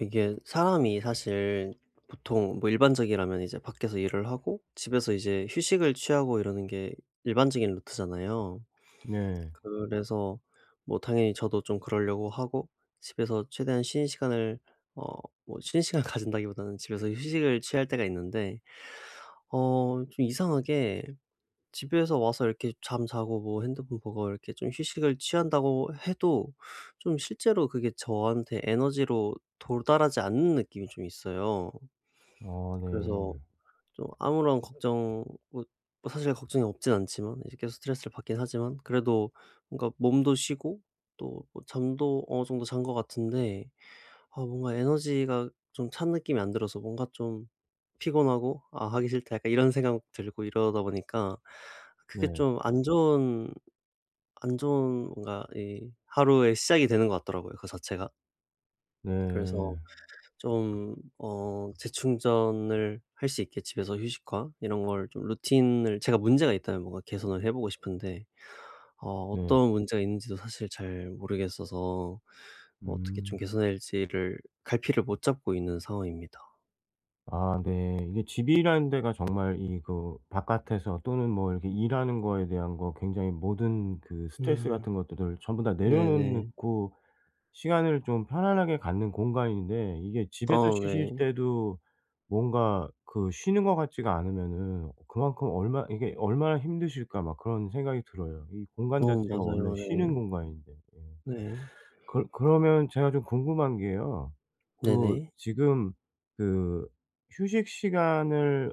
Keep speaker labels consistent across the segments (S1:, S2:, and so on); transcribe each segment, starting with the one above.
S1: 이게 사람이 사실 보통 뭐 일반적이라면 이제 밖에서 일을 하고 집에서 이제 휴식을 취하고 이러는 게 일반적인 루트잖아요.
S2: 네.
S1: 그래서 뭐 당연히 저도 좀 그러려고 하고 집에서 최대한 쉬는 시간을 어 뭐 쉬는 시간 가진다기보다는 집에서 휴식을 취할 때가 있는데 어 좀 이상하게 집에서 와서 이렇게 잠자고 뭐 핸드폰 보고 이렇게 좀 휴식을 취한다고 해도 좀 실제로 그게 저한테 에너지로 도달하지 않는 느낌이 좀 있어요.
S2: 어 네.
S1: 그래서 좀 아무런 걱정 뭐 사실 걱정이 없진 않지만 이제 계속 스트레스를 받긴 하지만 그래도 뭔가 몸도 쉬고 또뭐 잠도 어느 정도 잔 것 같은데 아 뭔가 에너지가 좀 찬 느낌이 안 들어서 뭔가 좀 피곤하고 '아 하기 싫다.' 약간 이런 생각 들고 이러다 보니까 그게
S2: 네.
S1: 좀 안 좋은 뭔가 이 하루의 시작이 되는 것 같더라고요, 그 자체가. 그래서
S2: 네.
S1: 좀 어 재충전을 할 수 있게 집에서 휴식과 이런 걸 좀 루틴을 제가 문제가 있다면 뭔가 개선을 해 보고 싶은데 어
S2: 네.
S1: 어떤 문제가 있는지도 사실 잘 모르겠어서 어떻게 좀
S2: 음.
S1: 개선 할지를 갈피를 못 잡고 있는 상황입니다.
S2: 아 네. 이게 집이라는 데가 정말 이 그 바깥에서 또는 뭐 이렇게 일하는 거에 대한 거 굉장히 모든 그 스트레스
S1: 음.
S2: 같은 것들을 전부 다
S1: 네네.
S2: 내려놓고 시간을 좀 편안하게 갖는 공간인데, 이게
S1: 아
S2: 집에서 쉬실
S1: 네.
S2: 때도 뭔가 그 쉬는 것 같지가 않으면은 그만큼 얼마 이게 '얼마나 힘드실까.' 막 그런 생각이 들어요. 이 공간
S1: 어
S2: 자체가 원래
S1: 맞아요. 네.
S2: 쉬는 공간인데. 예.
S1: 네.
S2: 그러면 제가 좀 궁금한 게요. 그
S1: 네네.
S2: 지금 그 휴식 시간을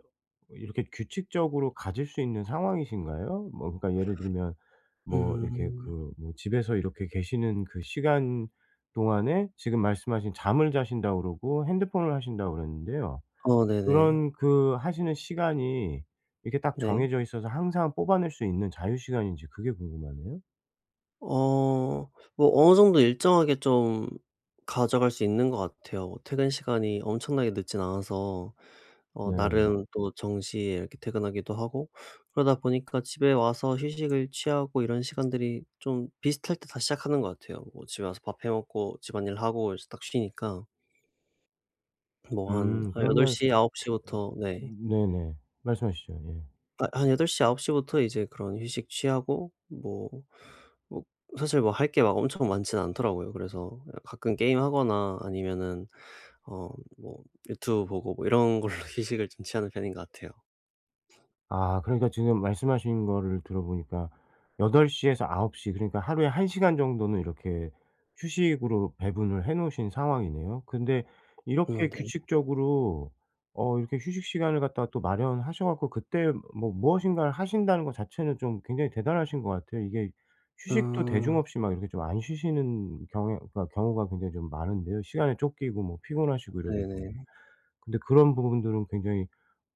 S2: 이렇게 규칙적으로 가질 수 있는 상황이신가요? 뭐 그러니까 예를 들면 뭐 이렇게
S1: 음.
S2: 그 뭐 집에서 이렇게 계시는 그 시간 동안에 지금 말씀하신 잠을 자신다고 그러고 핸드폰을 하신다고 그랬는데요.
S1: 어 네네.
S2: 그런 그 하시는 시간이 이렇게 딱
S1: 네.
S2: 정해져 있어서 항상 뽑아낼 수 있는 자유 시간인지 그게 궁금하네요.
S1: 어 뭐 어느 정도 일정하게 좀 가져갈 수 있는 것 같아요. 뭐 퇴근 시간이 엄청나게 늦진 않아서 어
S2: 네.
S1: 나름 또 정시에 이렇게 퇴근하기도 하고 그러다 보니까 집에 와서 휴식을 취하고 이런 시간들이 좀 비슷할 때 다시 시작하는 것 같아요. 뭐 집에 와서 밥 해 먹고 집안일 하고 이제 딱 쉬니까 뭐 한 여덟 8
S2: 그러면
S1: 시, 9 시부터. 네.
S2: 네네. 말씀하시죠. 예.
S1: 아 한8시9시부터 이제 그런 휴식 취하고 뭐 뭐 사실 뭐 할 게 막 엄청 많진 않더라고요. 그래서 가끔 게임하거나 아니면은 어 뭐 유튜브 보고 뭐 이런 걸로 휴식을 좀 취하는 편인 것 같아요.
S2: 아 그러니까 지금 말씀하신 거를 들어보니까 8덟시 에서 9홉시, 그러니까 하루에 1 시간 정도는 이렇게 휴식으로 배분을 해 놓으신 상황이네요. 근데
S1: 어
S2: 이렇게
S1: 네.
S2: 규칙적으로 이렇게 휴식 시간을 갖다가 또 마련하셔 갖고 그때 뭐 무엇인가를 하신다는 것 자체는 좀 굉장히 대단하신 것 같아요. 이게 휴식도 대중
S1: 어
S2: 없이 막 이렇게 좀 안 쉬시는 경향, 그러니까 경우가 굉장히 좀 많은데요. 시간에 쫓기고 뭐 피곤하시고 이러다 보면.
S1: 네네.
S2: 근데 그런 부분들은 굉장히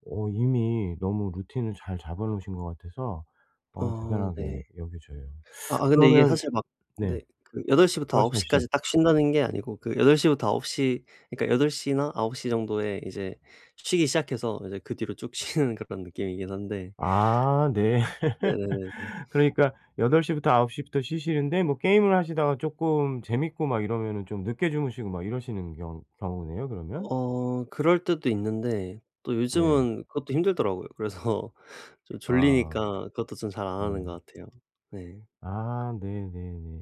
S2: 이미 너무 루틴을 잘 잡아 놓으신 것 같아서
S1: 어
S2: 대단하게
S1: 네.
S2: 여겨져요.
S1: 아 근데 이게
S2: 그러면
S1: 사실 막
S2: 네.
S1: 네 그8시부터9홉시까
S2: 말씀하시죠.
S1: 지 딱 쉰다는 게 아니고 그8시부터9시 그러니까 8시나9시 정도에 이제 쉬기 시작해서 이제 그 뒤로 쭉 쉬는 그런 느낌이긴 한데.
S2: 아 네.
S1: 네네네.
S2: 그러니까 8 시부터 9 시부터 쉬시는데 뭐 게임을 하시다가 조금 재밌고 막 이러면은 좀 늦게 주무시고 막 이러시는 경 경우네요 그러면?
S1: 어 그럴 때도 있는데 또
S2: 네.
S1: 요즘은 그것도 힘들더라고요. 그래서 좀
S2: 아
S1: 졸리니까 그것도 좀 잘 안
S2: 네.
S1: 하는 것 같아요. 네.
S2: 아 네네네.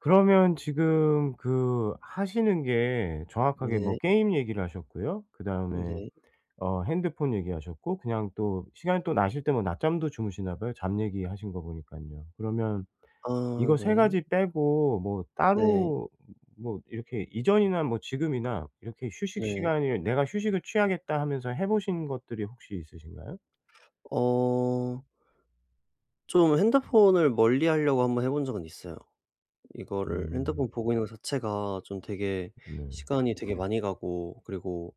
S2: 그러면 지금 그 하시는 게 정확하게 뭐
S1: 네.
S2: 게임 얘기를 하셨고요. 그다음에
S1: 네.
S2: 핸드폰 얘기하셨고, 그냥 또 시간이 또 나실 때 뭐 낮잠도 주무시나 봐요, 잠 얘기하신 거 보니깐요. 그러면
S1: 아
S2: 이거 세
S1: 네.
S2: 가지 빼고 뭐
S1: 네.
S2: 따로 뭐 이렇게 이전이나 뭐 지금이나 이렇게 휴식
S1: 네.
S2: 시간을 '내가 휴식을 취하겠다.' 하면서 해 보신 것들이 혹시 있으신가요?
S1: 어 좀 핸드폰을 멀리하려고 한번 해본 적은 있어요. 이거를
S2: 음.
S1: 핸드폰 보고 있는 것 자체가 좀 되게
S2: 네.
S1: 시간이 되게 많이 가고 그리고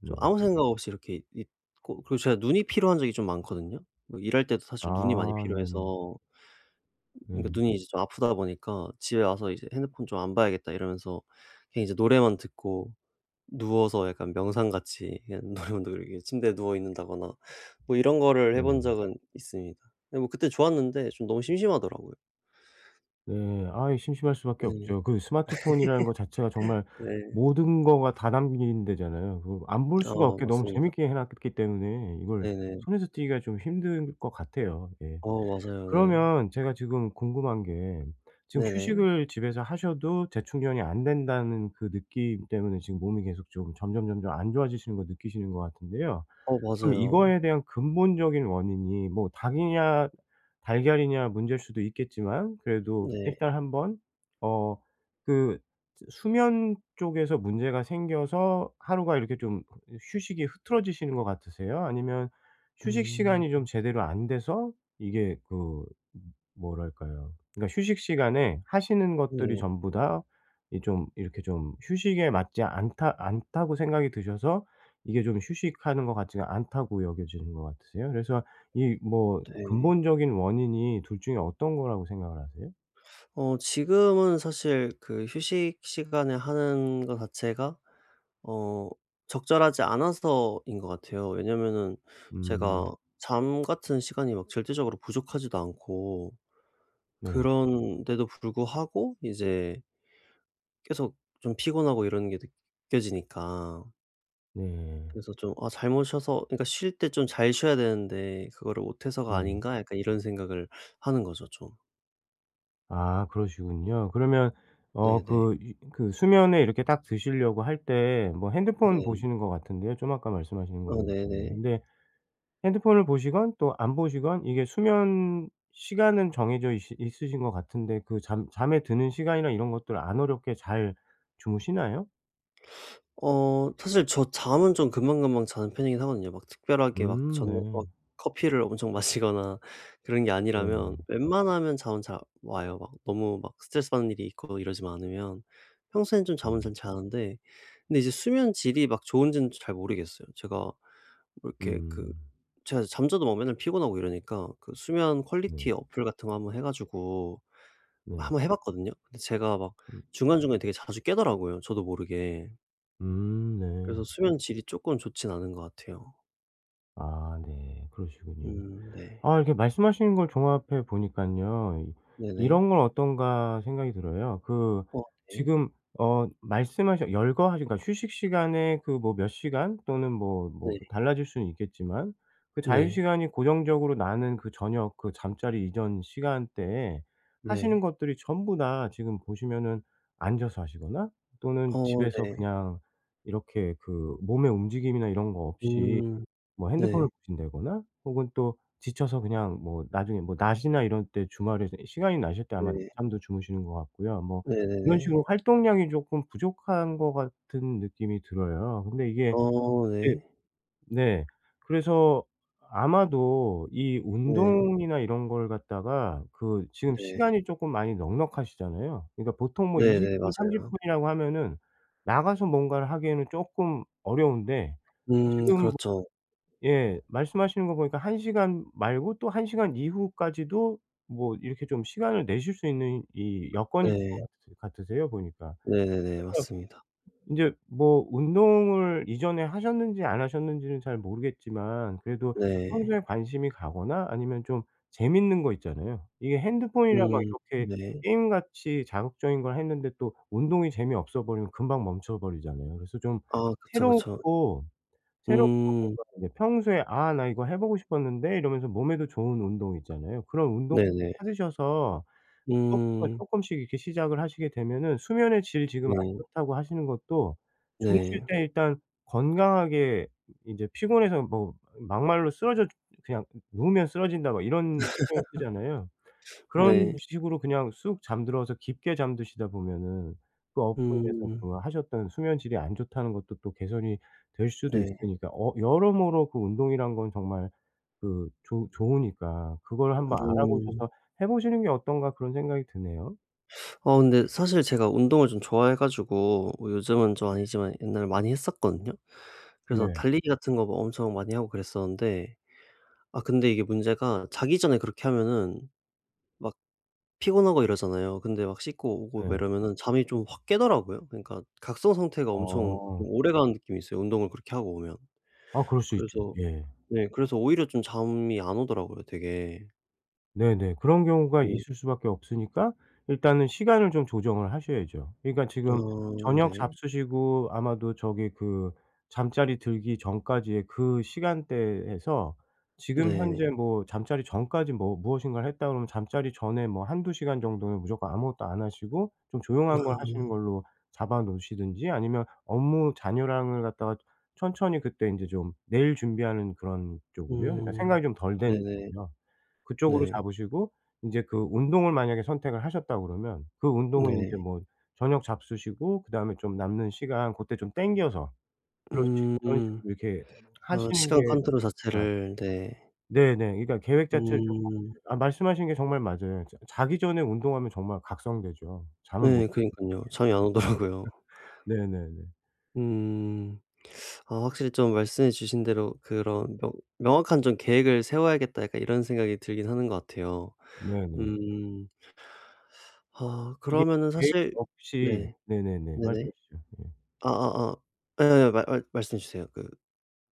S2: 네.
S1: 좀 아무 생각 없이 이렇게 있고 그리고 제가 눈이 피로한 적이 좀 많거든요. 뭐 일할 때도 사실 눈이 많이
S2: 아 네네.
S1: 필요해서 그러니까
S2: 네.
S1: 눈이 이제 좀 아프다 보니까 '집에 와서 이제 핸드폰 좀 안 봐야겠다.' 이러면서 그냥 이제 노래만 듣고 누워서 약간 명상같이 그냥 노래만 듣고 이렇게 침대에 누워 있는다거나 뭐 이런 거를 해본
S2: 네.
S1: 적은 있습니다. 근데 뭐 그때 좋았는데 좀 너무 심심하더라고요.
S2: 네. 아이 심심할 수밖에
S1: 네.
S2: 없죠. 그 스마트폰이라는 거 자체가 정말
S1: 네.
S2: 모든 거가 다 담긴 데잖아요. 그 안 볼
S1: 아
S2: 수가 없게 너무
S1: 맞습니다.
S2: 재밌게 해 놨기 때문에 이걸
S1: 네네.
S2: 손에서 떼기가 좀 힘든 것 같아요. 예.
S1: 어 맞아요. 네.
S2: 그러면 제가 지금 궁금한 게, 지금
S1: 네네.
S2: 휴식을 집에서 하셔도 재충전이 안 된다는 그 느낌 때문에 지금 몸이 계속 좀 점점점점 안 좋아지시는 거 느끼시는 것 같은데요.
S1: 어
S2: 그럼
S1: 맞아요.
S2: 이거에 대한 근본적인 원인이 뭐 닭이냐 달걀이냐 문제일 수도 있겠지만, 그래도
S1: 네.
S2: 일단 한번 어 그 수면 쪽에서 문제가 생겨서 하루가 이렇게 좀 휴식이 흐트러지시는 것 같으세요? 아니면 휴식
S1: 음.
S2: 시간이 좀 제대로 안 돼서 이게 그 뭐랄까요? 그러니까 휴식 시간에 하시는 것들이
S1: 네.
S2: 전부 다 이 좀 이렇게 좀 휴식에 맞지 않다고 생각이 드셔서 이게 좀 휴식하는 것 같지가 않다고 여겨지는 것 같으세요? 그래서 이 뭐
S1: 네.
S2: 근본적인 원인이 둘 중에 어떤 거라고 생각을 하세요?
S1: 어 지금은 사실 그 휴식 시간에 하는 거 자체가 어 적절하지 않아서인 것 같아요. 왜냐면은 제가
S2: 음.
S1: 잠 같은 시간이 막 절대적으로 부족하지도 않고
S2: 네.
S1: 그런데도 불구하고 이제 계속 좀 피곤하고 이러는 게 느껴지니까
S2: 네.
S1: 그래서 좀 '아 잘못 쉬어서 그러니까 쉴 때 좀 잘 쉬어야 되는데 그거를 못 해서가
S2: 네.
S1: 아닌가?' 약간 이런 생각을 하는 거죠 좀.
S2: 아 그러시군요. 그러면
S1: 네네.
S2: 그 이 그 수면에 이렇게 딱 드시려고 할 때 뭐 핸드폰
S1: 네.
S2: 보시는 것 같은데요, 좀 아까 말씀하시는 거
S1: 어
S2: 보니깐요.
S1: 네네.
S2: 근데 핸드폰을 보시건 또 안 보시건 이게 수면 시간은 정해져 있으신 것 같은데, 그 잠 잠에 드는 시간이나 이런 것들 안 어렵게 잘 주무시나요?
S1: 어 사실 저 잠은 좀 금방금방 자는 편이긴 하거든요. 막 특별하게 막 저는
S2: 네.
S1: 막 커피를 엄청 마시거나 그런 게 아니라면
S2: 네네.
S1: 웬만하면 잠은 잘 와요. 막 너무 막 스트레스 받는 일이 있고 이러지만 않으면 평소엔 좀
S2: 네.
S1: 잠은 잘 자는데 근데 이제 수면 질이 막 좋은지는 잘 모르겠어요. 제가 뭐 이렇게 그
S2: 음.
S1: 제가 잠자도 막 맨날 피곤하고 이러니까 그 수면
S2: 네.
S1: 퀄리티 어플 같은 거 한번 해 가지고
S2: 네.
S1: 한번 해 봤거든요. 근데 제가 막
S2: 음
S1: 중간중간에 되게 자주 깨더라고요, 저도 모르게.
S2: 네.
S1: 그래서 수면 질이 쪼끔 좋진 않은 것 같아요.
S2: 아 네. 그러시군요.
S1: 네.
S2: 아 이렇게 말씀하시는 걸 종합해 보니깐요. 이
S1: 네네.
S2: 이런 건 어떤가 생각이 들어요. 그
S1: 어 네.
S2: 지금 말씀하신 열거하신, 그러니까 휴식 시간에 그 뭐 몇 시간 또는 뭐 뭐
S1: 네.
S2: 달라질 수는 있겠지만, 그 자유
S1: 네.
S2: 시간이 고정적으로 나는 그 저녁 그 잠자리 이전 시간대에 하시는
S1: 네.
S2: 것들이 전부 다 지금 보시면은 앉아서 하시거나 또는
S1: 어
S2: 집에서
S1: 네.
S2: 그냥 이렇게 그 몸의 움직임이나 이런 거 없이
S1: 음.
S2: 뭐 핸드폰을
S1: 네.
S2: 보신다거나 혹은 또 지쳐서 그냥 뭐 나중에 뭐 낮이나 이런 때 주말에 시간이 나실 때 아마
S1: 네.
S2: 늦잠도 주무시는 것 같고요. 뭐 이런
S1: 네네네.
S2: 식으로 활동량이 조금 부족한 것 같은 느낌이 들어요. 근데 이게
S1: 어
S2: 예
S1: 네.
S2: 네. 그래서 아마도 이
S1: 네.
S2: 운동이나 이런 걸 갖다가 그 지금
S1: 네.
S2: 시간이 쪼끔 많이 넉넉하시잖아요. 그러니까 보통 뭐 20
S1: 네네.
S2: 분 30
S1: 맞아요.
S2: 분이라고 하면은 나가서 뭔가를 하기에는 쪼끔 어려운데, 지금
S1: 그렇죠.
S2: 예. 말씀하시는 거 보니까 1 시간 말고 또 1 시간 이후까지도 뭐 이렇게 좀 시간을 내실 수 있는 이 여건이 있을
S1: 네.
S2: 것 같으세요 보니까.
S1: 네네네.
S2: 그러니까
S1: 맞습니다.
S2: 인제 뭐 운동을 이전에 하셨는지 안 하셨는지는 잘 모르겠지만, 그래도
S1: 네.
S2: 평소에 관심이 가거나 아니면 좀 재밌는 거 있잖아요. 이게 핸드폰이랑 막 이렇게
S1: 네.
S2: 게임같이 자극적인 걸 했는데 또 운동이 재미없어 버리면 금방 멈춰 버리잖아요. 그래서 좀
S1: 아 그쵸, 그쵸.
S2: 새롭고 새롭고
S1: 음
S2: 뭔가 이제 평소에 '아 나 이거 해 보고 싶었는데.' 이러면서 몸에도 좋은 운동 있잖아요. 그런 운동
S1: 네네.
S2: 찾으셔서 그것부터
S1: 음
S2: 쪼끔씩 이렇게 시작을 하시게 되면은 수면의 질 지금 안
S1: 네.
S2: 좋다고 하시는 것도 주무실
S1: 네.
S2: 때 일단 건강하게 이제 피곤해서 뭐 막말로 쓰러져, 그냥 누우면 쓰러진다 막 이런 표현 쓰잖아요. 그런
S1: 네.
S2: 식으로 그냥 쑥 잠들어서 깊게 잠드시다 보면은 그 어플에서
S1: 음
S2: 그 하셨던 수면 질이 안 좋다는 것도 또 개선이 될 수도
S1: 네.
S2: 있으니까, 여러모로 그 운동이란 건 정말 그 좋 좋으니까 그걸 한번 알아보셔서
S1: 음.
S2: 해 보시는 게 어떤가 그런 생각이 드네요.
S1: 어 근데 사실 제가 운동을 좀 좋아해 가지고 뭐 요즘은 좀 아니지만 옛날에 많이 했었거든요. 그래서
S2: 네.
S1: 달리기 같은 거막 엄청 많이 하고 그랬었는데 아 근데 이게 문제가 자기 전에 그렇게 하면은 막 피곤하고 이러잖아요. 근데 막 씻고 오고 막
S2: 네.
S1: 이러면은 잠이 좀 확 깨더라고요. 그러니까 각성 상태가 엄청
S2: 어.
S1: 좀 오래가는 느낌이 있어요, 운동을 그렇게 하고 오면.
S2: 아 그럴 수 있죠.
S1: 그래서
S2: 예.
S1: 네 그래서 오히려 좀 잠이 안 오더라고요 되게.
S2: 네네. 그런 경우가
S1: 네.
S2: 있을 수밖에 없으니까 일단은 시간을 좀 조정을 하셔야죠. 그러니까
S1: 아
S2: 지금 저녁
S1: 네.
S2: 잡수시고 아마도 저기 그 잠자리 들기 전까지의 그 시간대에서 지금
S1: 네.
S2: 현재 뭐 잠자리 전까지 뭐 무엇인가를 했다 그러면 잠자리 전에 뭐 한두 시간 정도는 무조건 아무것도 안 하시고 좀 조용한 걸 하시는 걸로 잡아 놓으시든지 아니면 업무 잔여량을 갖다가 천천히 그때 인제 좀 내일 준비하는 그런 쪽으로요. 그러니까
S1: 음.
S2: 생각이 좀 덜 되는
S1: 네네.
S2: 쪽이요. 그쪽으로
S1: 네.
S2: 잡으시고 인제 그 운동을 만약에 선택을 하셨다 그러면 그 운동은
S1: 네.
S2: 인제 뭐 저녁 잡수시고 그다음에 좀 남는 시간 고때 좀 당겨서 그런 식 그런
S1: 음.
S2: 식으로 이렇게
S1: 아
S2: 하시는
S1: 시간
S2: 게
S1: 컨트롤
S2: 아
S1: 자체를 네.
S2: 네네. 그러니까 계획 자체를 좀
S1: 음.
S2: 바꾸세요. 아 말씀하신 게 정말 맞아요. 자 자기 전에 운동하면 정말 각성되죠. 잠을 못
S1: 네
S2: 자
S1: 그러니깐요. 잠이 안 오더라고요.
S2: 네네네.
S1: 음. 아 확실히 좀 말씀해 주신 대로 그런 명 '명확한 좀 계획을 세워야겠다.' 약간 이런 생각이 들긴 하는 것 같아요.
S2: 네네.
S1: 음. 아
S2: 이게
S1: 그러면은
S2: 계획
S1: 사실
S2: 없이
S1: 네.
S2: 네네네. 말씀해
S1: 네네.
S2: 주십시오. 예.
S1: 아아아. 예예. 말 말 말씀해 주세요. 그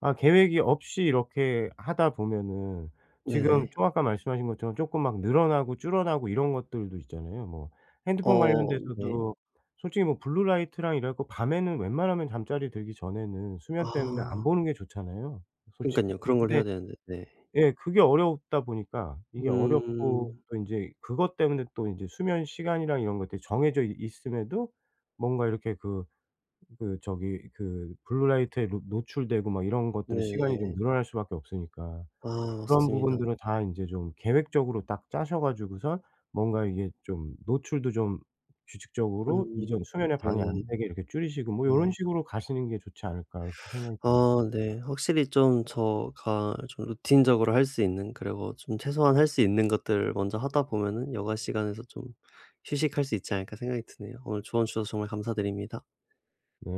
S2: 아 계획이 없이 이렇게 하다 보면은 지금
S1: 네네.
S2: 좀 아까 말씀하신 것처럼 쪼끔 막 늘어나고 줄어나고 이런 것들도 있잖아요. 뭐 핸드폰
S1: 어 네.
S2: 관련돼서도 솔직히 뭐 블루라이트랑 이럴 거 밤에는 웬만하면 잠자리 들기 전에는 수면 때문에 안
S1: 아
S2: 보는 게 좋잖아요 솔직히.
S1: 그러니깐요. 그런 걸
S2: 근데
S1: 해야 되는데. 네.
S2: 예 그게 어렵다 보니까 이게 어렵고
S1: 음.
S2: 또 인제 그것 때문에 또 인제 수면 시간이랑 이런 것들이 정해져 있 있음에도 뭔가 이렇게 그 저기 그 블루라이트에 노 노출되고 막 이런 것들의 시간이 좀
S1: 네네.
S2: 늘어날 수밖에 없으니까.
S1: 아
S2: 그런
S1: 맞습니다.
S2: 부분들은 다 인제 좀 계획적으로 딱 짜셔 가지고선 뭔가 이게 좀 노출도 좀 규칙적으로
S1: 음.
S2: 이전 수면에 방해 안
S1: 네네.
S2: 되게 이렇게 줄이시고 뭐 요런
S1: 네.
S2: 식으로 가시는 게 좋지 않을까 그렇게 생각이 드네요.
S1: 아 네. 확실히 좀 저가 좀 루틴적으로 할 수 있는 그리고 좀 최소한 할 수 있는 것들을 먼저 하다 보면은 여가 시간에서 좀 휴식할 수 있지 않을까 생각이 드네요. 오늘 조언 주셔서 정말 감사드립니다.
S2: 네.